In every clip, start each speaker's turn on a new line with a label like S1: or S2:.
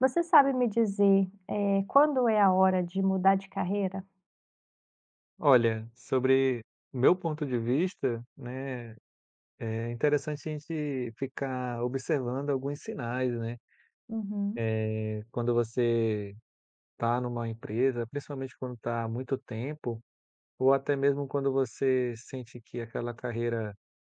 S1: Você sabe me dizer, quando é a hora de mudar de carreira?
S2: Olha, sobre o meu ponto de vista, né, é interessante a gente ficar observando alguns sinais, né?
S1: Uhum.
S2: Quando você está numa empresa, principalmente quando está há muito tempo, ou até mesmo quando você sente que aquela carreira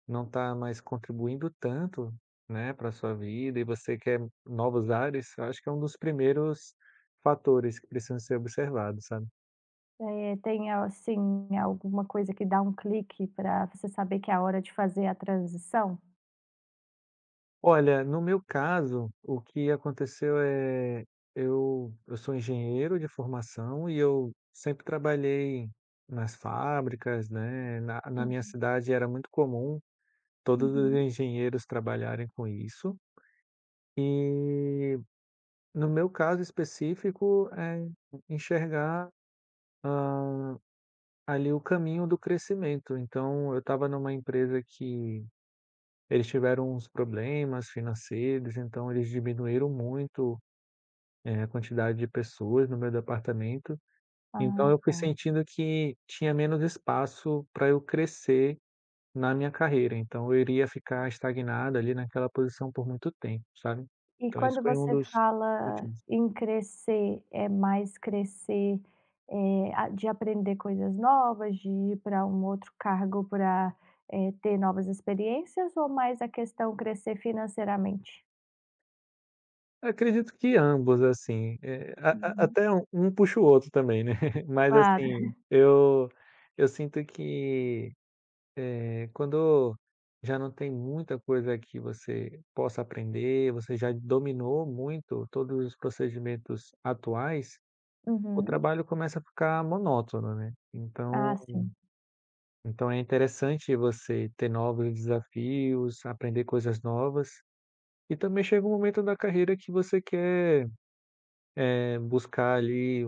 S2: não está mais contribuindo tanto, né, para a sua vida e você quer novos ares, eu acho que é um dos primeiros fatores que precisam ser observados, sabe?
S1: Tem, assim, alguma coisa que dá um clique para você saber que é a hora de fazer a transição?
S2: Olha, no meu caso, o que aconteceu é, eu sou engenheiro de formação e eu sempre trabalhei nas fábricas, né, na minha
S1: Uhum,
S2: cidade era muito comum todos os
S1: uhum.
S2: engenheiros trabalharem com isso, e no meu caso específico, é enxergar, hã, ali o caminho do crescimento. Então eu estava numa empresa que eles tiveram uns problemas financeiros, então eles diminuíram muito a quantidade de pessoas no meu departamento, então
S1: Ah,
S2: eu fui
S1: tá.
S2: sentindo que tinha menos espaço para eu crescer na minha carreira, então eu iria ficar estagnado ali naquela posição por muito tempo, sabe.
S1: E
S2: Então esse
S1: quando
S2: foi um
S1: você
S2: dos
S1: fala
S2: motivos.
S1: em crescer, é mais a de aprender coisas novas, de ir para um outro cargo para ter novas experiências, ou mais a questão crescer financeiramente?
S2: Acredito que ambos, assim, a
S1: Uhum.
S2: até um puxa o outro também, né, mas
S1: Claro.
S2: assim, eu sinto que E quando já não tem muita coisa que você possa aprender, você já dominou muito todos os procedimentos atuais, o
S1: Uhum.
S2: trabalho começa a ficar monótono, né.
S1: Ah,
S2: Então
S1: sim.
S2: então é interessante você ter novos desafios, aprender coisas novas, e também chega um momento da carreira que você quer, buscar ali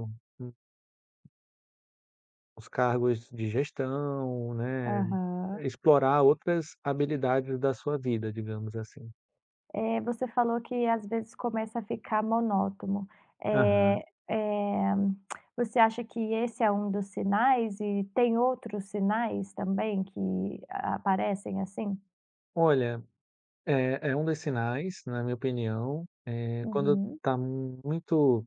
S2: os cargos de gestão, né,
S1: Aham.
S2: explorar outras habilidades da sua vida, digamos assim.
S1: Eh, você falou que às vezes começa a ficar monótono.
S2: Aham.
S1: Eh eh, Você acha que esse é um dos sinais, e tem outros sinais também que a aparecem assim?
S2: Olha, é, é um dos sinais, na minha opinião, quando
S1: Uhum,
S2: está muito,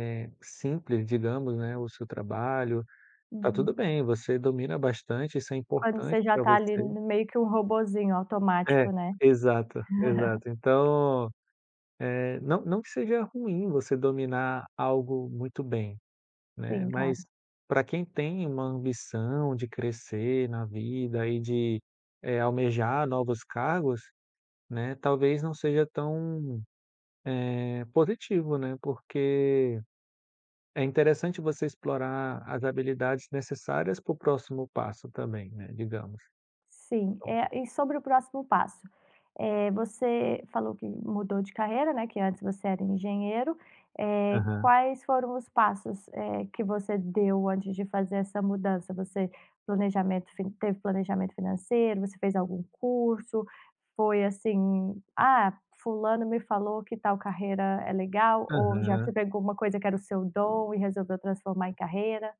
S2: simples, digamos, né, o seu trabalho, tá tudo
S1: uhum.
S2: bem, você domina bastante, isso é
S1: Quando
S2: importante
S1: você já
S2: para
S1: tá ali
S2: você.
S1: meio que um robozinho
S2: É,
S1: automático, né?
S2: exato, exato. Então, não que seja ruim você dominar algo muito bem, né,
S1: Sim, claro.
S2: mas para quem tem uma ambição de crescer na vida e de, almejar novos cargos, né, talvez não seja tão é positivo, né, porque é interessante você explorar as habilidades necessárias para o próximo passo também, né, digamos.
S1: Sim,
S2: Então.
S1: eh, e sobre o próximo passo? Eh, você falou que mudou de carreira, né, que antes você era engenheiro. Eh,
S2: Aham,
S1: quais foram os passos, que você deu antes de fazer essa mudança? Você planejamento fin Teve planejamento financeiro? Você fez algum curso? Foi assim: "Ah, fulano me falou que tal carreira é legal", ou já você
S2: aham.
S1: pegou uma coisa que era o seu dom e resolveu transformar em carreira?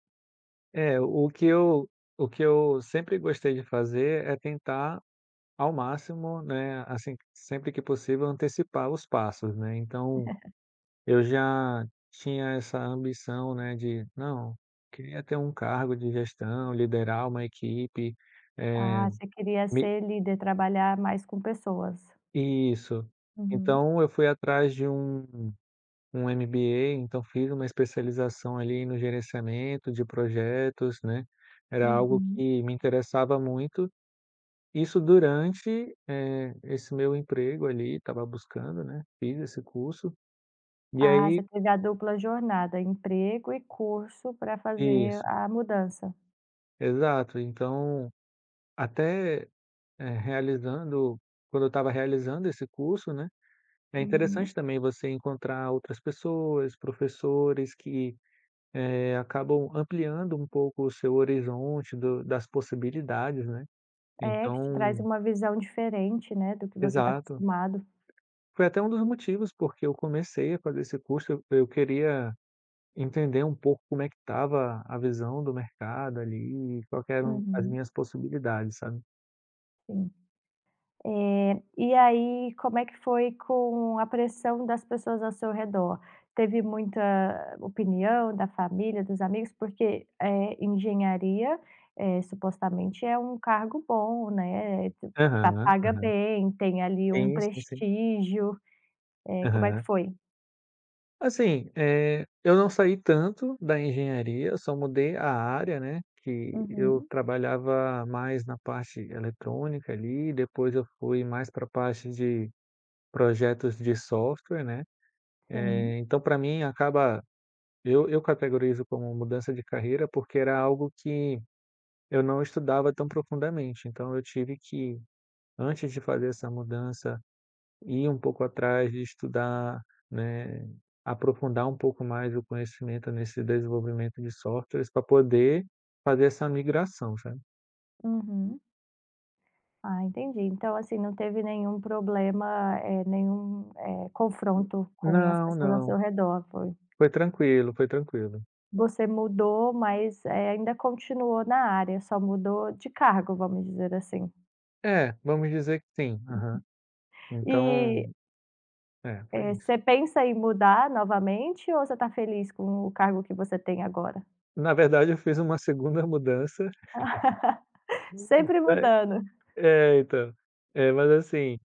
S2: É, o que eu sempre gostei de fazer é tentar ao máximo, né, assim, sempre que possível antecipar os passos, né. Então, eu já tinha essa ambição, né, de: "Não, queria ter um cargo de gestão, liderar uma equipe, eh,
S1: Ah, você queria
S2: me
S1: ser líder, trabalhar mais com pessoas.
S2: Isso."
S1: Uhum,
S2: Então eu fui atrás de um MBA, então fiz uma especialização ali no gerenciamento de projetos, né, era algo
S1: uhum.
S2: que me interessava muito, isso durante, esse meu emprego ali, estava buscando, né, fiz esse curso, e
S1: Ah,
S2: aí
S1: você teve a dupla jornada, emprego e curso para fazer
S2: isso,
S1: a mudança.
S2: exato. Então até, realizando quando eu estava realizando esse curso, né, é
S1: Uhum.
S2: interessante também você encontrar outras pessoas, professores que acabam ampliando um pouco o seu horizonte do das possibilidades, né.
S1: É, que te traz
S2: Então
S1: uma visão diferente, né, do que você está
S2: exato.
S1: acostumado.
S2: Foi até um dos motivos porque eu comecei a fazer esse curso, eu queria entender um pouco como é que estava a visão do mercado ali, quais eram as
S1: Uhum,
S2: minhas possibilidades, sabe.
S1: sim. Eh, e aí, como é que foi com a pressão das pessoas ao seu redor? Teve muita opinião da família, dos amigos? Porque, eh, engenharia, supostamente é um cargo bom, né, Tu- pa
S2: Aham.
S1: paga bem, tem ali um
S2: Sim, sim, sim.
S1: prestígio. Eh, como é que
S2: Aham.
S1: foi?
S2: Assim, eu não saí tanto da engenharia, eu só mudei a área, né, que eu
S1: Uhum,
S2: trabalhava mais na parte eletrônica ali, depois eu fui mais para a parte de projetos de software, né.
S1: sim.
S2: Então para mim acaba eu categorizo como mudança de carreira, porque era algo que eu não estudava tão profundamente, então eu tive que, antes de fazer essa mudança ir um pouco atrás de estudar, né, aprofundar um pouco mais o conhecimento nesse desenvolvimento de softwares para poder fazer essa migração, sabe.
S1: Uhum. Ah, entendi. Então, assim, não teve nenhum problema, nenhum, confronto com as
S2: Não,
S1: pessoas ao
S2: não,
S1: seu redor, foi,
S2: foi tranquilo, foi tranquilo.
S1: você mudou, mas, eh, ainda continuou na área, só mudou de cargo, vamos dizer assim.
S2: É, vamos dizer que sim. Aham.
S1: E,
S2: Então, é, foi isso.
S1: você pensa em mudar novamente, ou você está feliz com o cargo que você tem agora?
S2: Na verdade eu fiz uma segunda mudança,
S1: Sempre
S2: né.
S1: mudando.
S2: É, então. É, mas assim,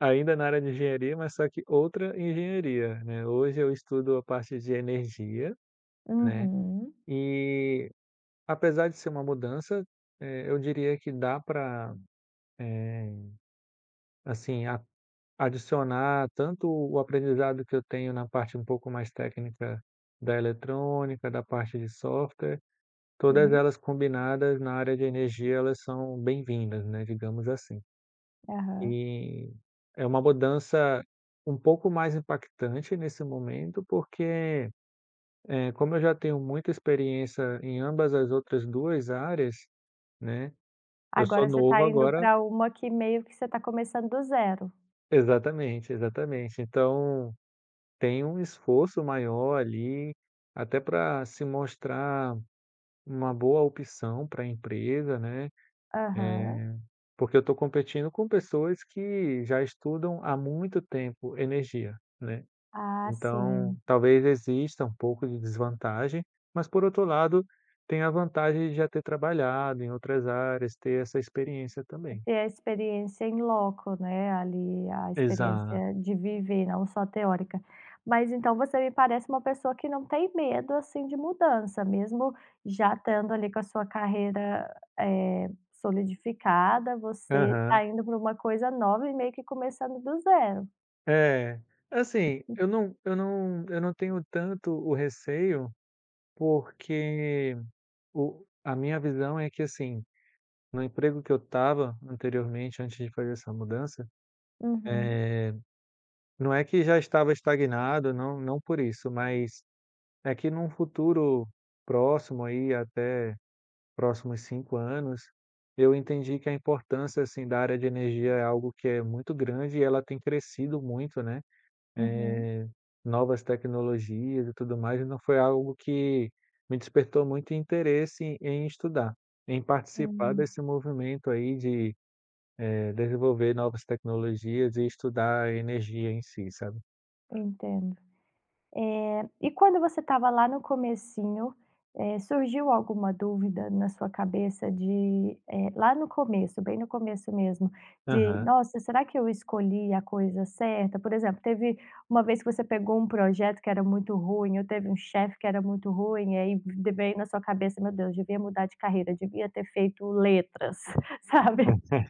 S2: ainda na área de engenharia, mas só que outra engenharia, né. Hoje eu estudo a parte de energia, né,
S1: Uhum,
S2: e apesar de ser uma mudança, eu diria que dá para assim, a adicionar tanto o aprendizado que eu tenho na parte um pouco mais técnica da eletrônica, da parte de software, todas
S1: sim,
S2: elas combinadas na área de energia, elas são bem-vindas, né, digamos assim.
S1: aham.
S2: E é uma mudança um pouco mais impactante nesse momento, porque, como eu já tenho muita experiência em ambas as outras 2 áreas, né. Eu sou
S1: Agora você
S2: novo
S1: está indo
S2: agora,
S1: pra uma que meio que você está começando do zero.
S2: exatamente, exatamente. Então, tem um esforço maior ali, até para se mostrar uma boa opção para a empresa, né, eh,
S1: Aham.
S2: porque eu estou competindo com pessoas que já estudam há muito tempo energia, né.
S1: Ah,
S2: Então,
S1: sim.
S2: talvez exista um pouco de desvantagem, mas por outro lado, tem a vantagem de já ter trabalhado em outras áreas, ter essa experiência
S1: E
S2: também.
S1: ter a experiência em loco, né, ali, a experiência
S2: Exato.
S1: de viver, não só teórica. Mas então você me parece uma pessoa que não tem medo, assim, de mudança, mesmo já estando ali com a sua carreira, solidificada, você
S2: Aham.
S1: está indo para uma coisa nova e meio que começando do zero.
S2: É, assim, eu não tenho tanto o receio, porque o a minha visão é que, assim, no emprego que eu estava anteriormente, antes de fazer essa mudança,
S1: Uhum,
S2: não é que já estava estagnado, não por isso, mas é que num futuro próximo aí, até próximos 5 anos, eu entendi que a importância, assim, da área de energia é algo que é muito grande e ela tem crescido muito, né.
S1: uhum.
S2: Novas tecnologias e tudo mais, e não foi algo que me despertou muito interesse em estudar, em participar
S1: Hum,
S2: desse movimento aí de, desenvolver novas tecnologias e estudar a energia em si, sabe.
S1: entendo. Eh, e quando você estava lá no comecinho, surgiu alguma dúvida na sua cabeça de, lá no começo, bem no começo mesmo, de:
S2: Aham.
S1: "Nossa, será que eu escolhi a coisa certa?" Por exemplo, teve uma vez que você pegou um projeto que era muito ruim, ou teve um chefe que era muito ruim, e aí v veio na sua cabeça: "Meu Deus, devia mudar de carreira, devia ter feito letras", sabe?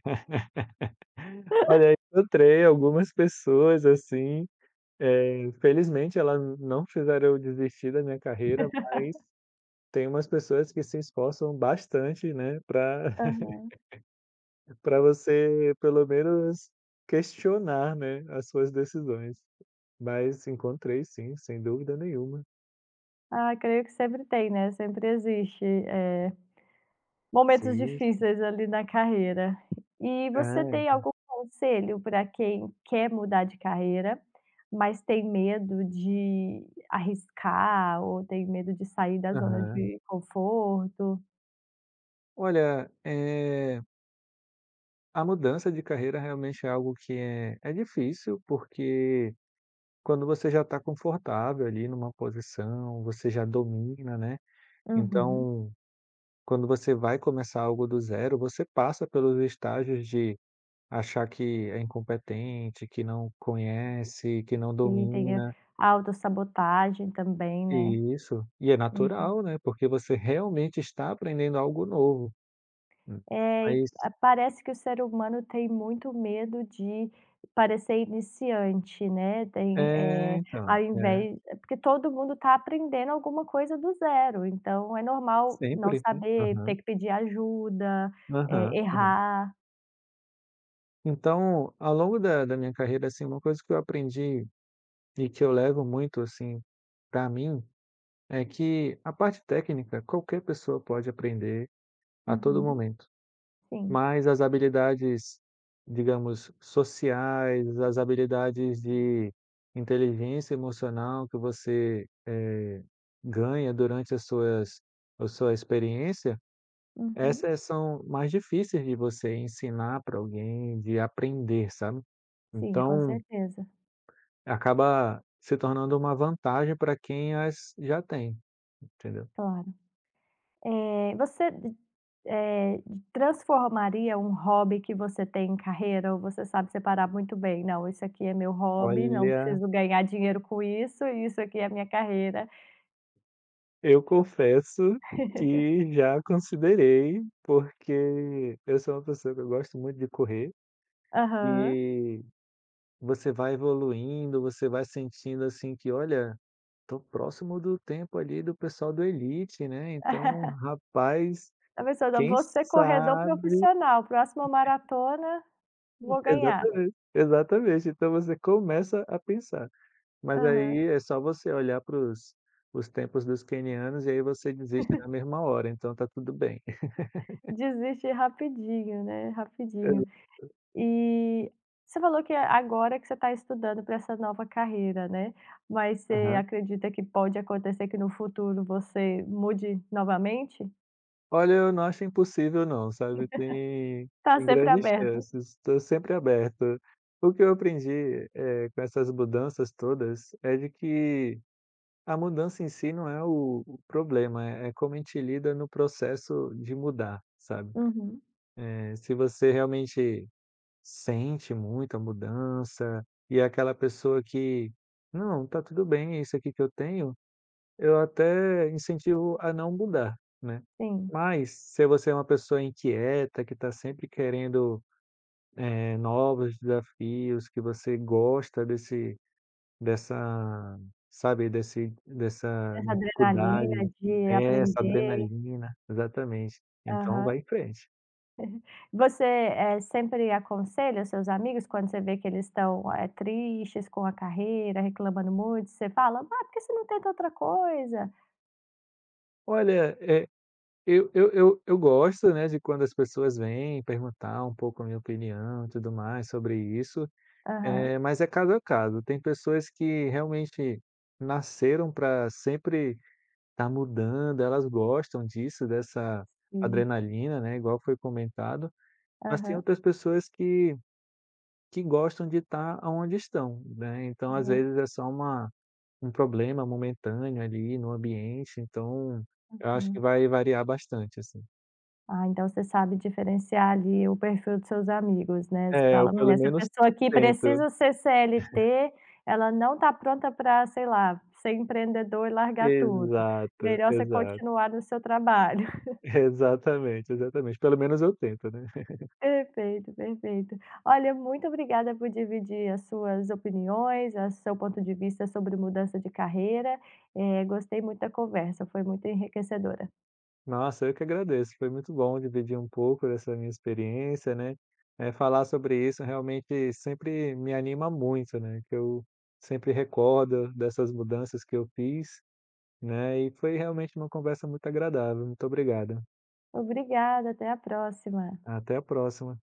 S2: Olha, encontrei algumas pessoas, assim, felizmente elas não fizeram eu desistir da minha carreira, mas tem umas pessoas que se esforçam bastante, né, pra
S1: Aham.
S2: para você pelo menos questionar, né, as suas decisões. Mas encontrei sim, sem dúvida nenhuma.
S1: Ah, creio que sempre tem, né, sempre existe, eh, momentos
S2: Sim,
S1: difíceis ali na carreira. E você tem
S2: é.
S1: algum conselho para quem quer mudar de carreira, mas tem medo de arriscar ou tem medo de sair da zona
S2: Aham.
S1: de conforto?
S2: Olha, a mudança de carreira realmente é algo que é é difícil, porque quando você já está confortável ali numa posição, você já domina, né.
S1: Uhum.
S2: Então, quando você vai começar algo do zero, você passa pelos estágios de achar que é incompetente, que não conhece, que não
S1: E tem a
S2: domina.
S1: autossabotagem também, né.
S2: Isso. E é
S1: Uhum.
S2: natural, né, porque você realmente está aprendendo algo novo. Hum.
S1: É, e
S2: Mas
S1: a parece que o ser humano tem muito medo de parecer iniciante, né, tem,
S2: é, então,
S1: ao
S2: é,
S1: invés, é porque todo mundo está aprendendo alguma coisa do zero, então é normal não
S2: sempre, né.
S1: saber,
S2: Aham,
S1: ter que pedir ajuda,
S2: aham, aham.
S1: errar.
S2: Então, ao longo da minha carreira, assim, uma coisa que eu aprendi e que eu levo muito, assim, para mim, é que a parte técnica qualquer pessoa pode aprender a todo
S1: Uhum.
S2: momento.
S1: Sim.
S2: Mas as habilidades, digamos, sociais, as habilidades de inteligência emocional que você, ganha durante as suas a sua experiência,
S1: Uhum.
S2: essas são mais difíceis de você ensinar para alguém, de aprender, sabe.
S1: Sim, com
S2: Então,
S1: certeza,
S2: acaba se tornando uma vantagem para quem as já tem, entendeu.
S1: claro. Eh, você d eh, Transformaria um hobby que você tem em carreira, ou você sabe separar muito bem: "Não, isso aqui é meu hobby, não
S2: Olha,
S1: preciso ganhar dinheiro com isso, e isso aqui é minha carreira"?
S2: eu confesso que já considerei, porque eu sou uma pessoa que eu gosto muito de correr
S1: Aham.
S2: e você vai evoluindo, você vai sentindo assim que: "Olha, tô próximo do tempo ali do pessoal do elite, né, então, rapaz,
S1: A pessoa pensando:
S2: quem
S1: "Vou ser corredor
S2: sabe."
S1: profissional, próxima maratona, vou ganhar".
S2: Exatamente, exatamente. Então você começa a pensar, mas
S1: Aham.
S2: aí é só você olhar para os tempos dos quenianos e aí você desiste na mesma hora, então tá tudo bem.
S1: Desiste rapidinho, né, rapidinho. E você falou que é agora que você está estudando para essa nova carreira, né, mas você acredita que pode acontecer que no futuro você mude novamente?
S2: Olha, eu não acho impossível não, sabe, tem
S1: Tá
S2: tem
S1: sempre
S2: grandes
S1: aberto.
S2: chances, estou sempre aberto. O que eu aprendi, com essas mudanças todas, é de que a mudança em si não é o problema, é como a gente lida no processo de mudar, sabe.
S1: Uhum,
S2: Se você realmente sente muito a mudança, e é aquela pessoa que: "Não, está tudo bem, é isso aqui que eu tenho", eu até incentivo a não mudar, né.
S1: sim.
S2: Mas, se você é uma pessoa inquieta, que está sempre querendo, novos desafios, que você gosta desse dessa, sabe, desse dessa
S1: Essa adrenalina
S2: dificuldade,
S1: de
S2: é, essa
S1: aprender.
S2: adrenalina, exatamente. Então
S1: Aham.
S2: vai em frente.
S1: Você, sempre aconselha seus amigos quando você vê que eles estão, tristes com a carreira, reclamando muito, você fala: "Ah, por que você não tenta outra coisa?"
S2: Olha, eu gosto, né, de quando as pessoas vêm perguntar um pouco a minha opinião e tudo mais sobre isso.
S1: Aham,
S2: É, mas é caso a caso. Tem pessoas que realmente nasceram para sempre estar mudando, elas gostam disso, dessa
S1: sim.
S2: adrenalina, né, igual foi comentado, mas tem
S1: Aham,
S2: outras pessoas que gostam de estar aonde estão, né, então às
S1: aham,
S2: vezes é só uma um problema momentâneo ali no ambiente, então eu acho que
S1: uhum.
S2: vai variar bastante, assim.
S1: Ah, então você sabe diferenciar ali o perfil dos seus amigos, né. Você
S2: É, eu
S1: fala:
S2: pelo
S1: essa
S2: menos
S1: pessoa aqui
S2: tento.
S1: precisa ser CLT, ela não está pronta para, sei lá, ser empreendedor e largar tudo.
S2: Exato,
S1: Melhor você
S2: exato.
S1: continuar no seu trabalho".
S2: Exatamente, exatamente. Pelo menos eu tento, né.
S1: Perfeito, perfeito. Olha, muito obrigada por dividir as suas opiniões, o seu ponto de vista sobre mudança de carreira. Eh, gostei muito da conversa, foi muito enriquecedora.
S2: Nossa, eu que agradeço. Foi muito bom dividir um pouco dessa minha experiência, né. Falar sobre isso realmente sempre me anima muito, né, que eu sempre recordo dessas mudanças que eu fiz, né, e foi realmente uma conversa muito agradável. Muito obrigado.
S1: Obrigada, até a próxima.
S2: Até a próxima.